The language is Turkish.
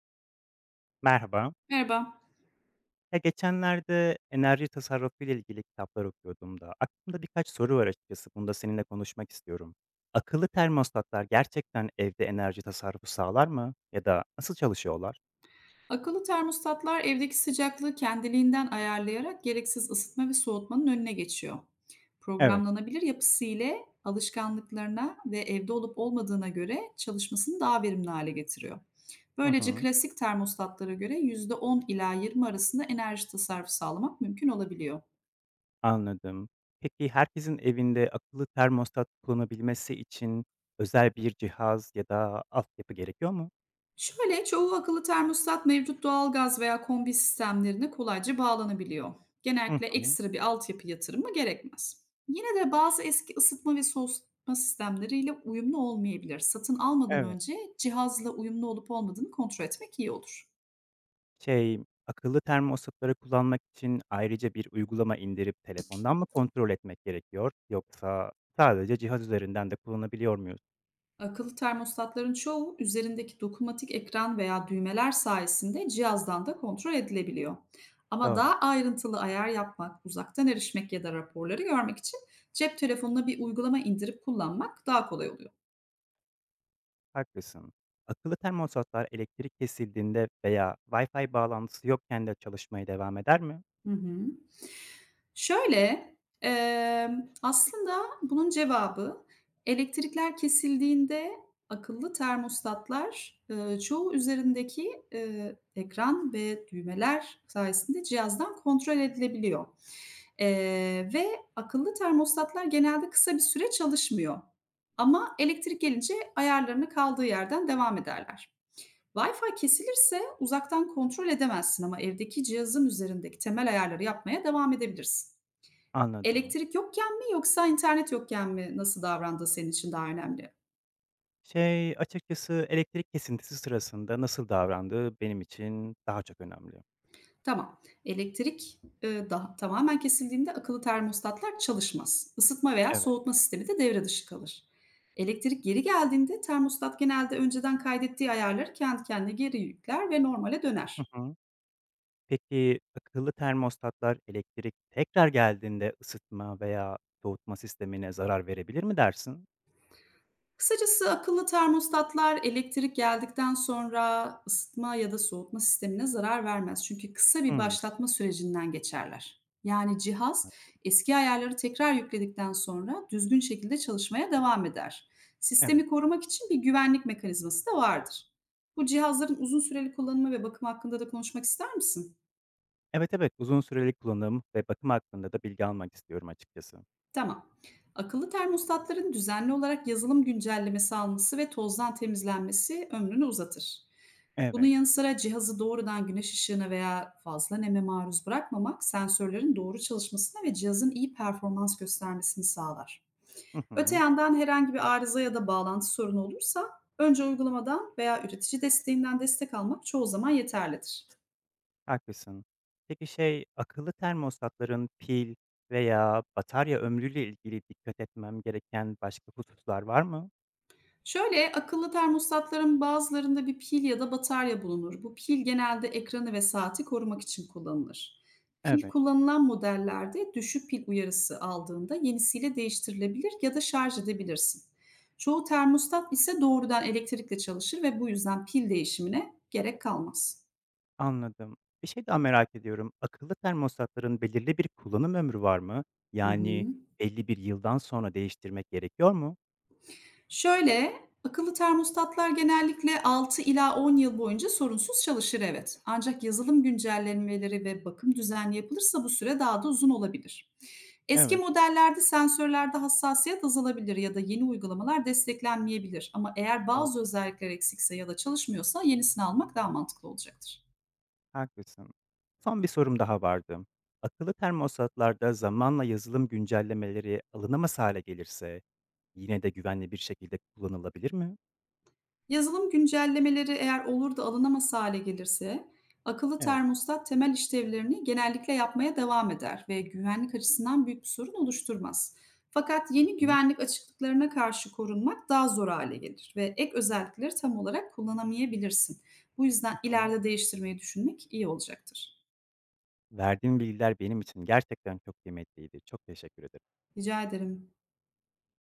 Merhaba. Merhaba. Ya geçenlerde enerji tasarrufu ile ilgili kitaplar okuyordum da aklımda birkaç soru var açıkçası. Bunu da seninle konuşmak istiyorum. Akıllı termostatlar gerçekten evde enerji tasarrufu sağlar mı? Ya da nasıl çalışıyorlar? Akıllı termostatlar evdeki sıcaklığı kendiliğinden ayarlayarak gereksiz ısıtma ve soğutmanın önüne geçiyor. Evet. Programlanabilir yapısı ile alışkanlıklarına ve evde olup olmadığına göre çalışmasını daha verimli hale getiriyor. Hı Böylece hı. klasik termostatlara göre %10 ila 20 arasında enerji tasarrufu sağlamak mümkün olabiliyor. Anladım. Peki herkesin evinde akıllı termostat kullanabilmesi için özel bir cihaz ya da altyapı gerekiyor mu? Şöyle, çoğu akıllı termostat mevcut doğalgaz veya kombi sistemlerine kolayca bağlanabiliyor. Hı Genellikle hı. ekstra bir altyapı yatırımı gerekmez. Yine de bazı eski ısıtma ve soğutma sistemleriyle uyumlu olmayabilir. Satın almadan Evet. önce cihazla uyumlu olup olmadığını kontrol etmek iyi olur. Şey, akıllı termosları kullanmak için ayrıca bir uygulama indirip telefondan mı kontrol etmek gerekiyor yoksa sadece cihaz üzerinden de kullanabiliyor muyuz? Akıllı termostatların çoğu üzerindeki dokunmatik ekran veya düğmeler sayesinde cihazdan da kontrol edilebiliyor. Ama Doğru, daha ayrıntılı ayar yapmak, uzaktan erişmek ya da raporları görmek için cep telefonuna bir uygulama indirip kullanmak daha kolay oluyor. haklısın. Akıllı termosatlar elektrik kesildiğinde veya Wi-Fi bağlantısı yokken de çalışmaya devam eder mi? Hı hı. Şöyle, aslında bunun cevabı elektrikler kesildiğinde akıllı termostatlar, çoğu üzerindeki, ekran ve düğmeler sayesinde cihazdan kontrol edilebiliyor, ve akıllı termostatlar genelde kısa bir süre çalışmıyor ama elektrik gelince ayarlarına kaldığı yerden devam ederler. Wi-Fi kesilirse uzaktan kontrol edemezsin ama evdeki cihazın üzerindeki temel ayarları yapmaya devam edebilirsin. Anladım. Elektrik yokken mi yoksa internet yokken mi nasıl davrandığı senin için daha önemli. Şey, açıkçası elektrik kesintisi sırasında nasıl davrandığı benim için daha çok önemli. Tamam. Elektrik daha tamamen kesildiğinde akıllı termostatlar çalışmaz. Isıtma veya Evet. soğutma sistemi de devre dışı kalır. Elektrik geri geldiğinde termostat genelde önceden kaydettiği ayarları kendi kendine geri yükler ve normale Hı döner. hı. Peki, akıllı termostatlar elektrik tekrar geldiğinde ısıtma veya soğutma sistemine zarar verebilir mi dersin? Kısacası akıllı termostatlar elektrik geldikten sonra ısıtma ya da soğutma sistemine zarar vermez. Çünkü kısa bir Hımm. başlatma sürecinden geçerler. Yani cihaz eski ayarları tekrar yükledikten sonra düzgün şekilde çalışmaya devam eder. Sistemi Evet. korumak için bir güvenlik mekanizması da vardır. Bu cihazların uzun süreli kullanımı ve bakım hakkında da konuşmak ister misin? Evet, evet. Uzun süreli kullanım ve bakım hakkında da bilgi almak istiyorum açıkçası. Tamam. Akıllı termostatların düzenli olarak yazılım güncellemesi alması ve tozdan temizlenmesi ömrünü uzatır. Bunun Evet. yanı sıra cihazı doğrudan güneş ışığına veya fazla neme maruz bırakmamak sensörlerin doğru çalışmasına ve cihazın iyi performans göstermesini sağlar. Hı Öte hı. yandan herhangi bir arıza ya da bağlantı sorunu olursa önce uygulamadan veya üretici desteğinden destek almak çoğu zaman yeterlidir. Haklısın. Peki, şey, akıllı termostatların pil veya batarya ömrüyle ilgili dikkat etmem gereken başka hususlar var mı? Şöyle, akıllı termostatların bazılarında bir pil ya da batarya bulunur. Bu pil genelde ekranı ve saati korumak için kullanılır. Pil Evet. kullanılan modellerde düşük pil uyarısı aldığında yenisiyle değiştirilebilir ya da şarj edebilirsin. Çoğu termostat ise doğrudan elektrikle çalışır ve bu yüzden pil değişimine gerek kalmaz. Anladım. Bir şey daha merak ediyorum. Akıllı termostatların belirli bir kullanım ömrü var mı? Hı Yani hı. belli bir yıldan sonra değiştirmek gerekiyor mu? Şöyle, akıllı termostatlar genellikle 6 ila 10 yıl boyunca sorunsuz çalışır evet. Ancak yazılım güncellemeleri ve bakım düzenli yapılırsa bu süre daha da uzun olabilir. Eski Evet, modellerde sensörlerde hassasiyet azalabilir ya da yeni uygulamalar desteklenmeyebilir. Ama eğer doğru, bazı özellikler eksikse ya da çalışmıyorsa yenisini almak daha mantıklı olacaktır. haklısın. Son bir sorum daha vardı. Akıllı termostatlarda zamanla yazılım güncellemeleri alınamaz hale gelirse yine de güvenli bir şekilde kullanılabilir mi? Yazılım güncellemeleri eğer olur da alınamaz hâle gelirse, akıllı Evet. termostat temel işlevlerini genellikle yapmaya devam eder ve güvenlik açısından büyük bir sorun oluşturmaz. Fakat yeni Hı güvenlik açıklıklarına karşı korunmak daha zor hale gelir ve ek özellikleri tam olarak kullanamayabilirsin. Bu yüzden hı. ileride değiştirmeyi düşünmek iyi olacaktır. Verdiğim bilgiler benim için gerçekten çok kıymetliydi. Çok teşekkür ederim. Rica ederim.